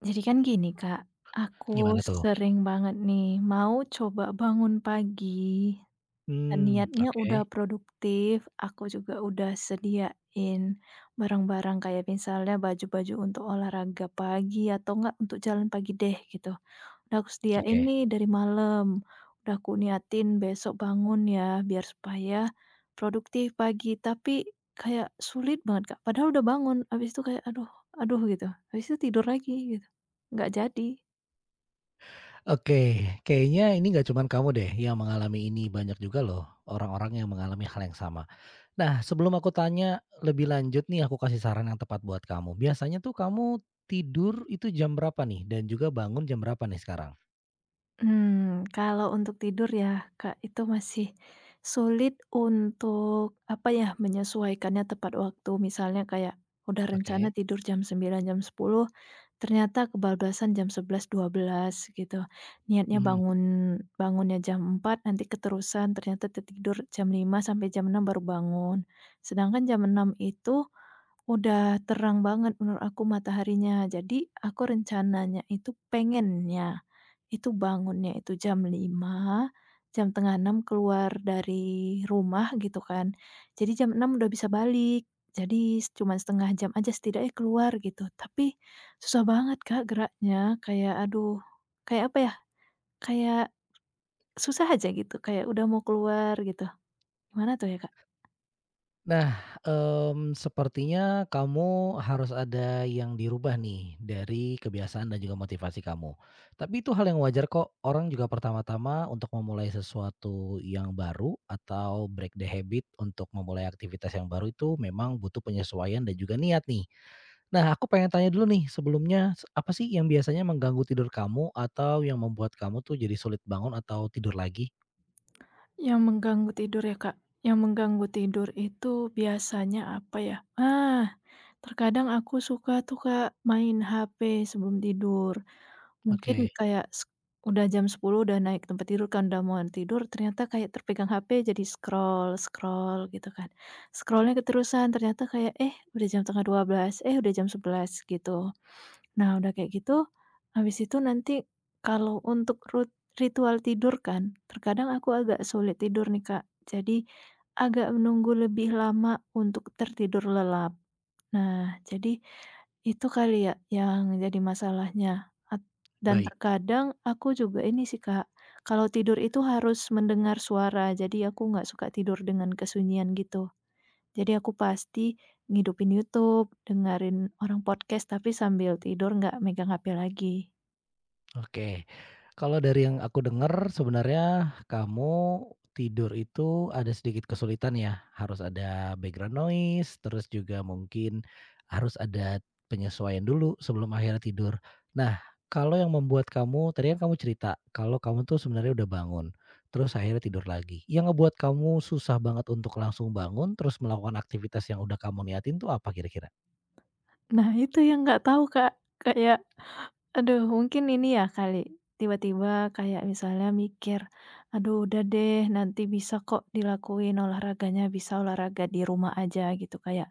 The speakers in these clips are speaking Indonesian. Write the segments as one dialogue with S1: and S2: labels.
S1: Jadi kan gini Kak, aku
S2: Gimana tuh?
S1: sering banget nih mau coba bangun pagi, dan
S2: Mmm.
S1: niatnya udah
S2: Oke
S1: produktif, aku juga udah sediain barang-barang kayak misalnya baju-baju untuk olahraga pagi atau enggak untuk jalan pagi deh gitu. Udah aku sediain
S2: oke.
S1: nih dari malam, udah aku niatin besok bangun ya biar supaya produktif pagi, tapi kayak sulit banget, Kak. Padahal udah bangun, habis itu kayak, "Aduh aduh," gitu, habis itu tidur lagi gitu, nggak jadi.
S2: Oke, kayaknya ini nggak cuman kamu deh yang mengalami ini, banyak juga loh orang-orang yang mengalami hal yang sama. Nah, sebelum aku tanya lebih lanjut nih, aku kasih saran yang tepat buat kamu. Biasanya tuh kamu tidur itu jam berapa nih? Dan juga bangun jam berapa nih sekarang?
S1: Kalau untuk tidur ya, Kak, itu masih sulit untuk apa ya, menyesuaikannya tepat waktu. Misalnya kayak udah rencana
S2: Oke.
S1: tidur jam 9 jam 10. Ternyata kebablasan jam 11 12 gitu. Niatnya
S2: Mhm.
S1: bangunnya jam empat, nanti keterusan ternyata tertidur jam lima sampai jam enam baru bangun. Sedangkan jam enam itu udah terang banget menurut aku mataharinya. Jadi aku rencananya itu pengennya itu bangunnya itu jam lima, jam tengah enam keluar dari rumah gitu kan. Jadi jam enam udah bisa balik. Jadi cuman 1 jam aja setidaknya keluar gitu. Tapi susah banget Kak geraknya, kayak aduh, kayak apa ya, kayak susah aja gitu, kayak udah mau keluar gitu. Gimana tuh ya Kak?
S2: Nah, sepertinya kamu harus ada yang dirubah nih dari kebiasaan dan juga motivasi kamu. Tapi itu hal yang wajar kok, orang juga pertama-tama untuk memulai sesuatu yang baru atau break the habit untuk memulai aktivitas yang baru itu memang butuh penyesuaian dan juga niat nih. Nah, aku pengen tanya dulu nih sebelumnya, apa sih yang biasanya mengganggu tidur kamu atau yang membuat kamu tuh jadi sulit bangun atau tidur lagi?
S1: Yang mengganggu tidur ya Kak? Yang mengganggu tidur itu biasanya apa ya? Ah, terkadang aku suka tuh Kak main HP sebelum tidur. Mungkin
S2: Oke,
S1: kayak udah jam 10 udah naik tempat tidur kan, udah mau tidur ternyata kayak terpegang HP jadi scroll-scroll gitu kan. Scrollnya keterusan ternyata kayak, eh, udah jam tengah 12 eh, udah jam 11 gitu. Nah udah kayak gitu, habis itu nanti kalau untuk ritual tidur kan, terkadang aku agak sulit tidur nih, Kak. Jadi agak menunggu lebih lama untuk tertidur lelap. Nah jadi itu kali ya yang jadi masalahnya? Dan
S2: baik.
S1: terkadang aku juga ini sih, Kak, kalau tidur itu harus mendengar suara, jadi aku nggak suka tidur dengan kesunyian gitu. Jadi aku pasti ngidupin YouTube, dengerin orang podcast, tapi sambil tidur nggak megang HP lagi.
S2: Oke. Kalau dari yang aku dengar sebenarnya kamu tidur itu ada sedikit kesulitan ya, harus ada background noise, terus juga mungkin harus ada penyesuaian dulu sebelum akhirnya tidur. Nah, kalau yang membuat kamu tadi kan kamu cerita kalau kamu tuh sebenarnya udah bangun, terus akhirnya tidur lagi. Yang ngebuat kamu susah banget untuk langsung bangun terus melakukan aktivitas yang udah kamu niatin tuh apa kira-kira?
S1: Nah itu yang nggak tahu, Kak, kayak aduh, mungkin ini ya kali, tiba-tiba kayak misalnya mikir, "Aduh udah deh, nanti bisa kok dilakuin olahraganya, bisa olahraga di rumah aja," gitu. Kayak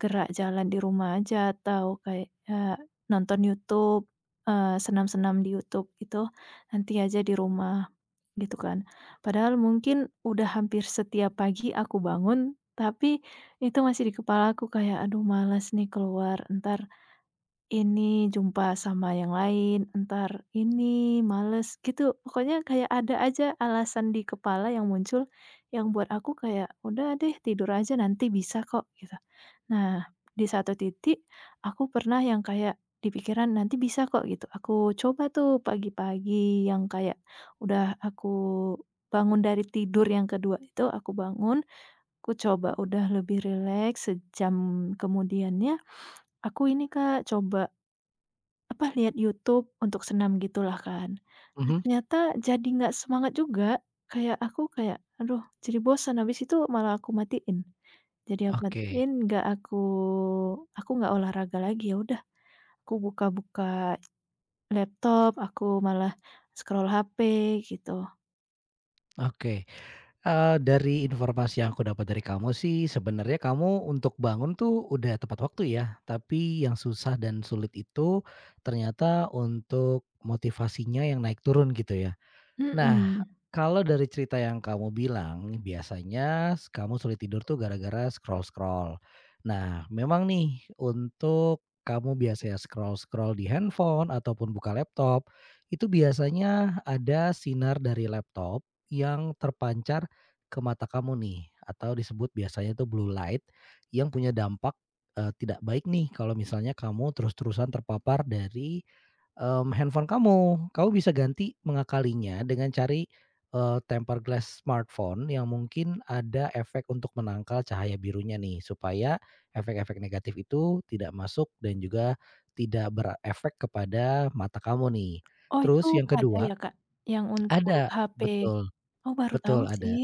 S1: gerak jalan di rumah aja atau kayak, nonton YouTube, senam-senam di YouTube gitu, nanti aja di rumah, gitu kan. Padahal mungkin udah hampir setiap pagi aku bangun, tapi itu masih di kepala aku kayak, "Aduh malas nih keluar, entar ini jumpa sama yang lain, entar ini males gitu, pokoknya kayak ada aja alasan di kepala yang muncul, yang buat aku kayak, "Udah deh tidur aja nanti bisa kok," gitu. Nah, di satu titik aku pernah yang kayak di pikiran, "Nanti bisa kok," gitu. Aku coba tuh pagi-pagi yang kayak udah aku bangun dari tidur yang kedua itu, aku bangun, aku coba udah lebih rileks, sejam kemudiannya aku ini Kak, coba apa, lihat YouTube untuk senam gitulah kan. Nah,
S2: Mhm,
S1: ternyata jadi nggak semangat juga, kayak aku kayak, aduh jadi bosan, habis itu malah aku matiin. Jadi aku matiin,
S2: oke
S1: nggak aku nggak olahraga lagi, ya udah aku buka-buka laptop, aku malah scroll HP gitu.
S2: oke. Dari informasi yang aku dapat dari kamu sih, sebenarnya kamu untuk bangun tuh udah tepat waktu ya, tapi yang susah dan sulit itu ternyata untuk motivasinya yang naik turun gitu ya? Nah,
S1: Mhm.
S2: kalau dari cerita yang kamu bilang, biasanya kamu sulit tidur tuh gara-gara scroll-scroll. Nah, memang nih untuk kamu biasanya scroll-scroll di handphone ataupun buka laptop, itu biasanya ada sinar dari laptop yang terpancar ke mata kamu nih, atau disebut biasanya tuh blue light yang punya dampak, tidak baik nih kalau misalnya kamu terus-terusan terpapar dari handphone kamu. Kamu bisa ganti mengakalinya dengan cari, tempered glass smartphone yang mungkin ada efek untuk menangkal cahaya birunya nih, supaya efek-efek negatif itu tidak masuk dan juga tidak berefek kepada mata kamu nih.
S1: Oh itu
S2: Terus yang
S1: ada
S2: kedua
S1: ya Kak, yang untuk
S2: ada,
S1: HP?
S2: betul,
S1: Oh baru tahu
S2: betul
S1: sih.
S2: ada.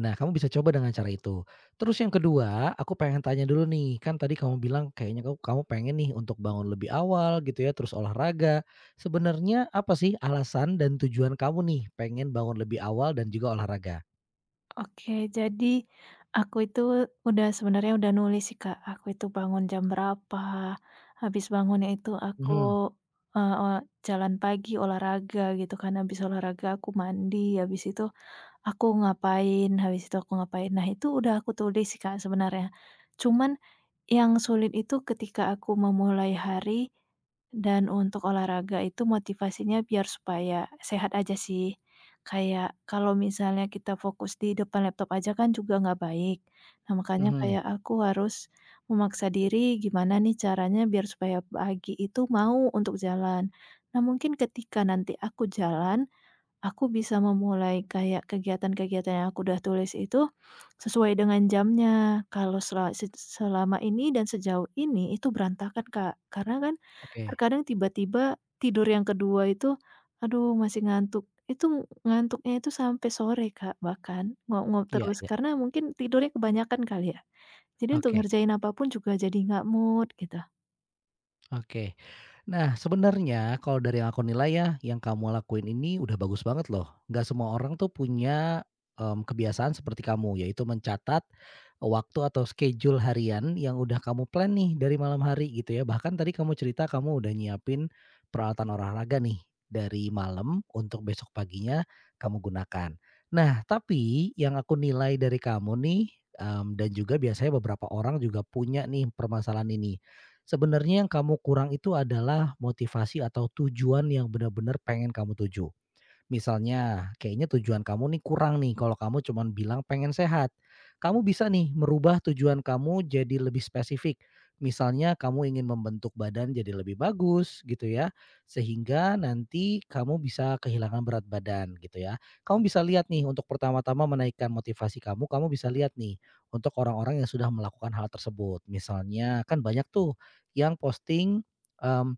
S2: Nah, kamu bisa coba dengan cara itu. Terus yang kedua, aku pengen tanya dulu nih, kan tadi kamu bilang kayaknya kamu kamu pengen nih untuk bangun lebih awal gitu ya, terus olahraga. Sebenarnya apa sih alasan dan tujuan kamu nih pengen bangun lebih awal dan juga olahraga?
S1: Oke, jadi aku itu udah sebenarnya udah nulis sih, Kak. Aku itu bangun jam berapa, habis bangunnya itu aku,
S2: Mhm
S1: eee, ola jalan pagi, olahraga gitu kan, habis olahraga aku mandi, habis itu aku ngapain habis itu aku ngapain. Nah, itu udah aku tulis sih, Kak, sebenarnya. Cuman yang sulit itu ketika aku memulai hari dan untuk olahraga itu motivasinya biar supaya sehat aja sih. Kayak kalau misalnya kita fokus di depan laptop aja kan juga nggak baik. Nah, makanya
S2: mhm,
S1: kayak aku harus memaksa diri gimana nih caranya biar supaya pagi itu mau untuk jalan. Nah, mungkin ketika nanti aku jalan, aku bisa memulai kayak kegiatan-kegiatan yang aku udah tulis itu, sesuai dengan jamnya. Kalau selama ini dan sejauh ini itu berantakan, Kak. Karena kan
S2: oke.
S1: terkadang tiba-tiba tidur yang kedua itu, aduh masih ngantuk. Itu ngantuknya itu sampai sore, Kak, bahkan nguap-nguap
S2: Iya
S1: terus
S2: iya,
S1: karena mungkin tidurnya kebanyakan kali ya. Jadi untuk
S2: oke.
S1: ngerjain apapun juga jadi nggak mood gitu.
S2: Oke. Nah, sebenarnya kalau dari yang aku nilai ya, yang kamu lakuin ini udah bagus banget loh. Nggak semua orang tuh punya, kebiasaan seperti kamu, yaitu mencatat waktu atau schedule harian yang udah kamu plan nih dari malam hari gitu ya. Bahkan tadi kamu cerita kamu udah nyiapin peralatan olahraga nih dari malam untuk besok paginya kamu gunakan. Nah, tapi yang aku nilai dari kamu nih, dan juga biasanya beberapa orang juga punya nih permasalahan ini, sebenarnya yang kamu kurang itu adalah motivasi atau tujuan yang benar-benar pengen kamu tuju. Misalnya, kayaknya tujuan kamu nih kurang nih kalau kamu cuman bilang pengen sehat. Kamu bisa nih merubah tujuan kamu jadi lebih spesifik. Misalnya kamu ingin membentuk badan jadi lebih bagus gitu ya, sehingga nanti kamu bisa kehilangan berat badan gitu ya. Kamu bisa lihat nih untuk pertama-tama menaikkan motivasi kamu, kamu bisa lihat nih untuk orang-orang yang sudah melakukan hal tersebut. Misalnya kan banyak tuh yang posting, mmm,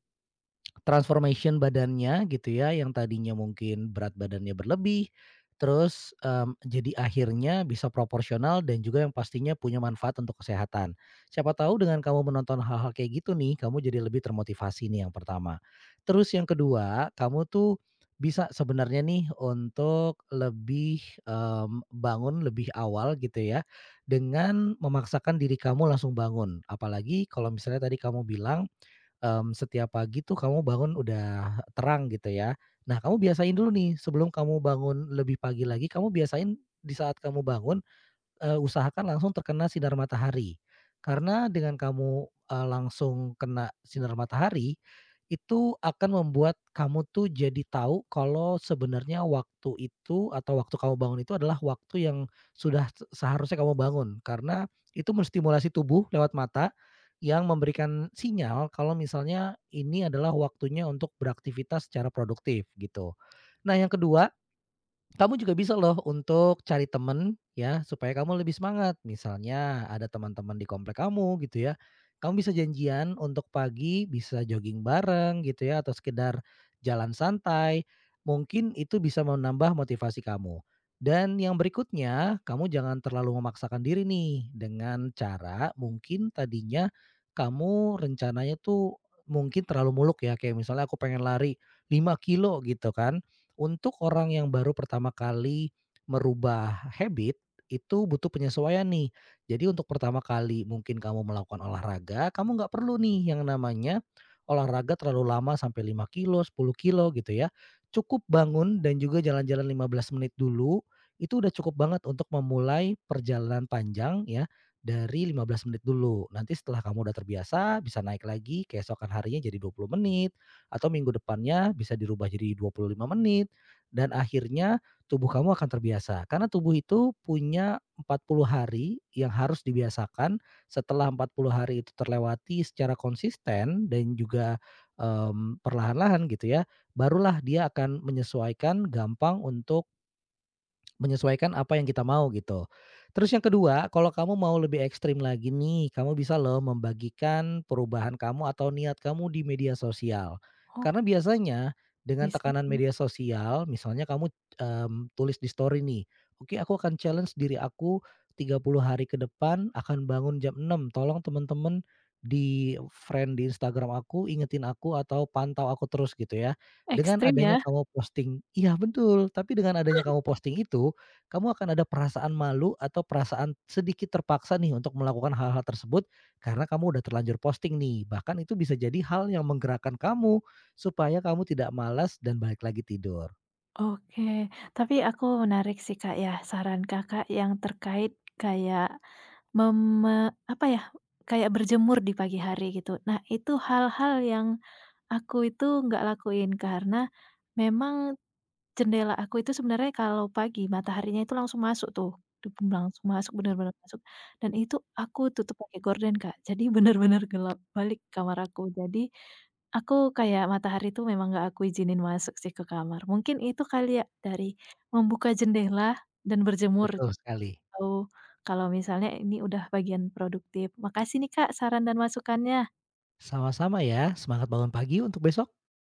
S2: transformation badannya gitu ya, yang tadinya mungkin berat badannya berlebih, terus, jadi akhirnya bisa proporsional dan juga yang pastinya punya manfaat untuk kesehatan. Siapa tahu dengan kamu menonton hal-hal kayak gitu nih, kamu jadi lebih termotivasi nih yang pertama. Terus yang kedua, kamu tuh bisa sebenarnya nih untuk lebih, bangun lebih awal gitu ya, dengan memaksakan diri kamu langsung bangun. Apalagi kalau misalnya tadi kamu bilang setiap pagi tuh kamu bangun udah terang gitu ya. Nah, kamu biasain dulu nih sebelum kamu bangun lebih pagi lagi, kamu biasain di saat kamu bangun, usahakan langsung terkena sinar matahari. Karena dengan kamu, langsung kena sinar matahari, itu akan membuat kamu tuh jadi tahu kalau sebenarnya waktu itu atau waktu kamu bangun itu adalah waktu yang sudah seharusnya kamu bangun. Karena itu menstimulasi tubuh lewat mata yang memberikan sinyal kalau misalnya ini adalah waktunya untuk beraktivitas secara produktif gitu. Nah, yang kedua. Kamu juga bisa loh untuk cari temen ya, supaya kamu lebih semangat. Misalnya ada teman-teman di komplek kamu gitu ya, kamu bisa janjian untuk pagi bisa jogging bareng gitu ya, atau sekedar jalan santai. Mungkin itu bisa menambah motivasi kamu. Dan yang berikutnya, kamu jangan terlalu memaksakan diri nih dengan cara mungkin tadinya kamu rencananya tuh mungkin terlalu muluk ya, kayak misalnya aku pengen lari 5 kilo gitu kan. Untuk orang yang baru pertama kali merubah habit, itu butuh penyesuaian nih. Jadi untuk pertama kali mungkin kamu melakukan olahraga, kamu nggak perlu nih yang namanya olahraga terlalu lama sampai 5 kilo, 10 kilo gitu ya. Cukup bangun dan juga jalan-jalan 15 menit dulu, itu udah cukup banget untuk memulai perjalanan panjang ya, dari 15 menit dulu. Nanti setelah kamu udah terbiasa bisa naik lagi keesokan harinya jadi 20 menit, atau minggu depannya bisa dirubah jadi 25 menit, dan akhirnya tubuh kamu akan terbiasa. Karena tubuh itu punya 40 hari yang harus dibiasakan, setelah 40 hari itu terlewati secara konsisten dan juga, perlahan-lahan gitu ya, barulah dia akan menyesuaikan gampang untuk menyesuaikan apa yang kita mau gitu. Terus yang kedua, kalau kamu mau lebih ekstrim lagi nih, kamu bisa loh membagikan perubahan kamu atau niat kamu di media sosial.
S1: Oh,
S2: Karena biasanya dengan
S1: bisa
S2: tekanan
S1: sih.
S2: media sosial, misalnya kamu, tulis di story nih, "Oke, aku akan challenge diri aku 30 hari ke depan akan bangun jam 6. Tolong teman-teman di friend di Instagram aku ingetin aku atau pantau aku terus," gitu ya. Dengan
S1: Ekstrim
S2: adanya
S1: ya.
S2: kamu posting, iya betul, tapi dengan adanya kamu posting itu, kamu akan ada perasaan malu atau perasaan sedikit terpaksa nih untuk melakukan hal-hal tersebut karena kamu udah terlanjur posting nih. Bahkan itu bisa jadi hal yang menggerakkan kamu supaya kamu tidak malas dan balik lagi tidur.
S1: Oke, tapi aku menarik sih Kak ya, saran Kakak yang terkait kayak meme apa ya, kayak berjemur di pagi hari gitu. Nah, itu hal-hal yang aku itu nggak lakuin karena memang jendela aku itu sebenarnya kalau pagi mataharinya itu langsung masuk tuh, debun langsung masuk, bener-bener masuk, dan itu aku tutup pakai gorden, Kak. Jadi bener-bener gelap balik kamar aku. Jadi, aku kayak matahari itu memang nggak aku izinin masuk sih ke kamar. Mungkin itu kali ya dari membuka jendela dan berjemur
S2: Betul sekali.
S1: atau kalau misalnya ini udah bagian produktif. Makasih nih, Kak, saran dan masukannya.
S2: Sama-sama ya, semangat bangun pagi untuk besok.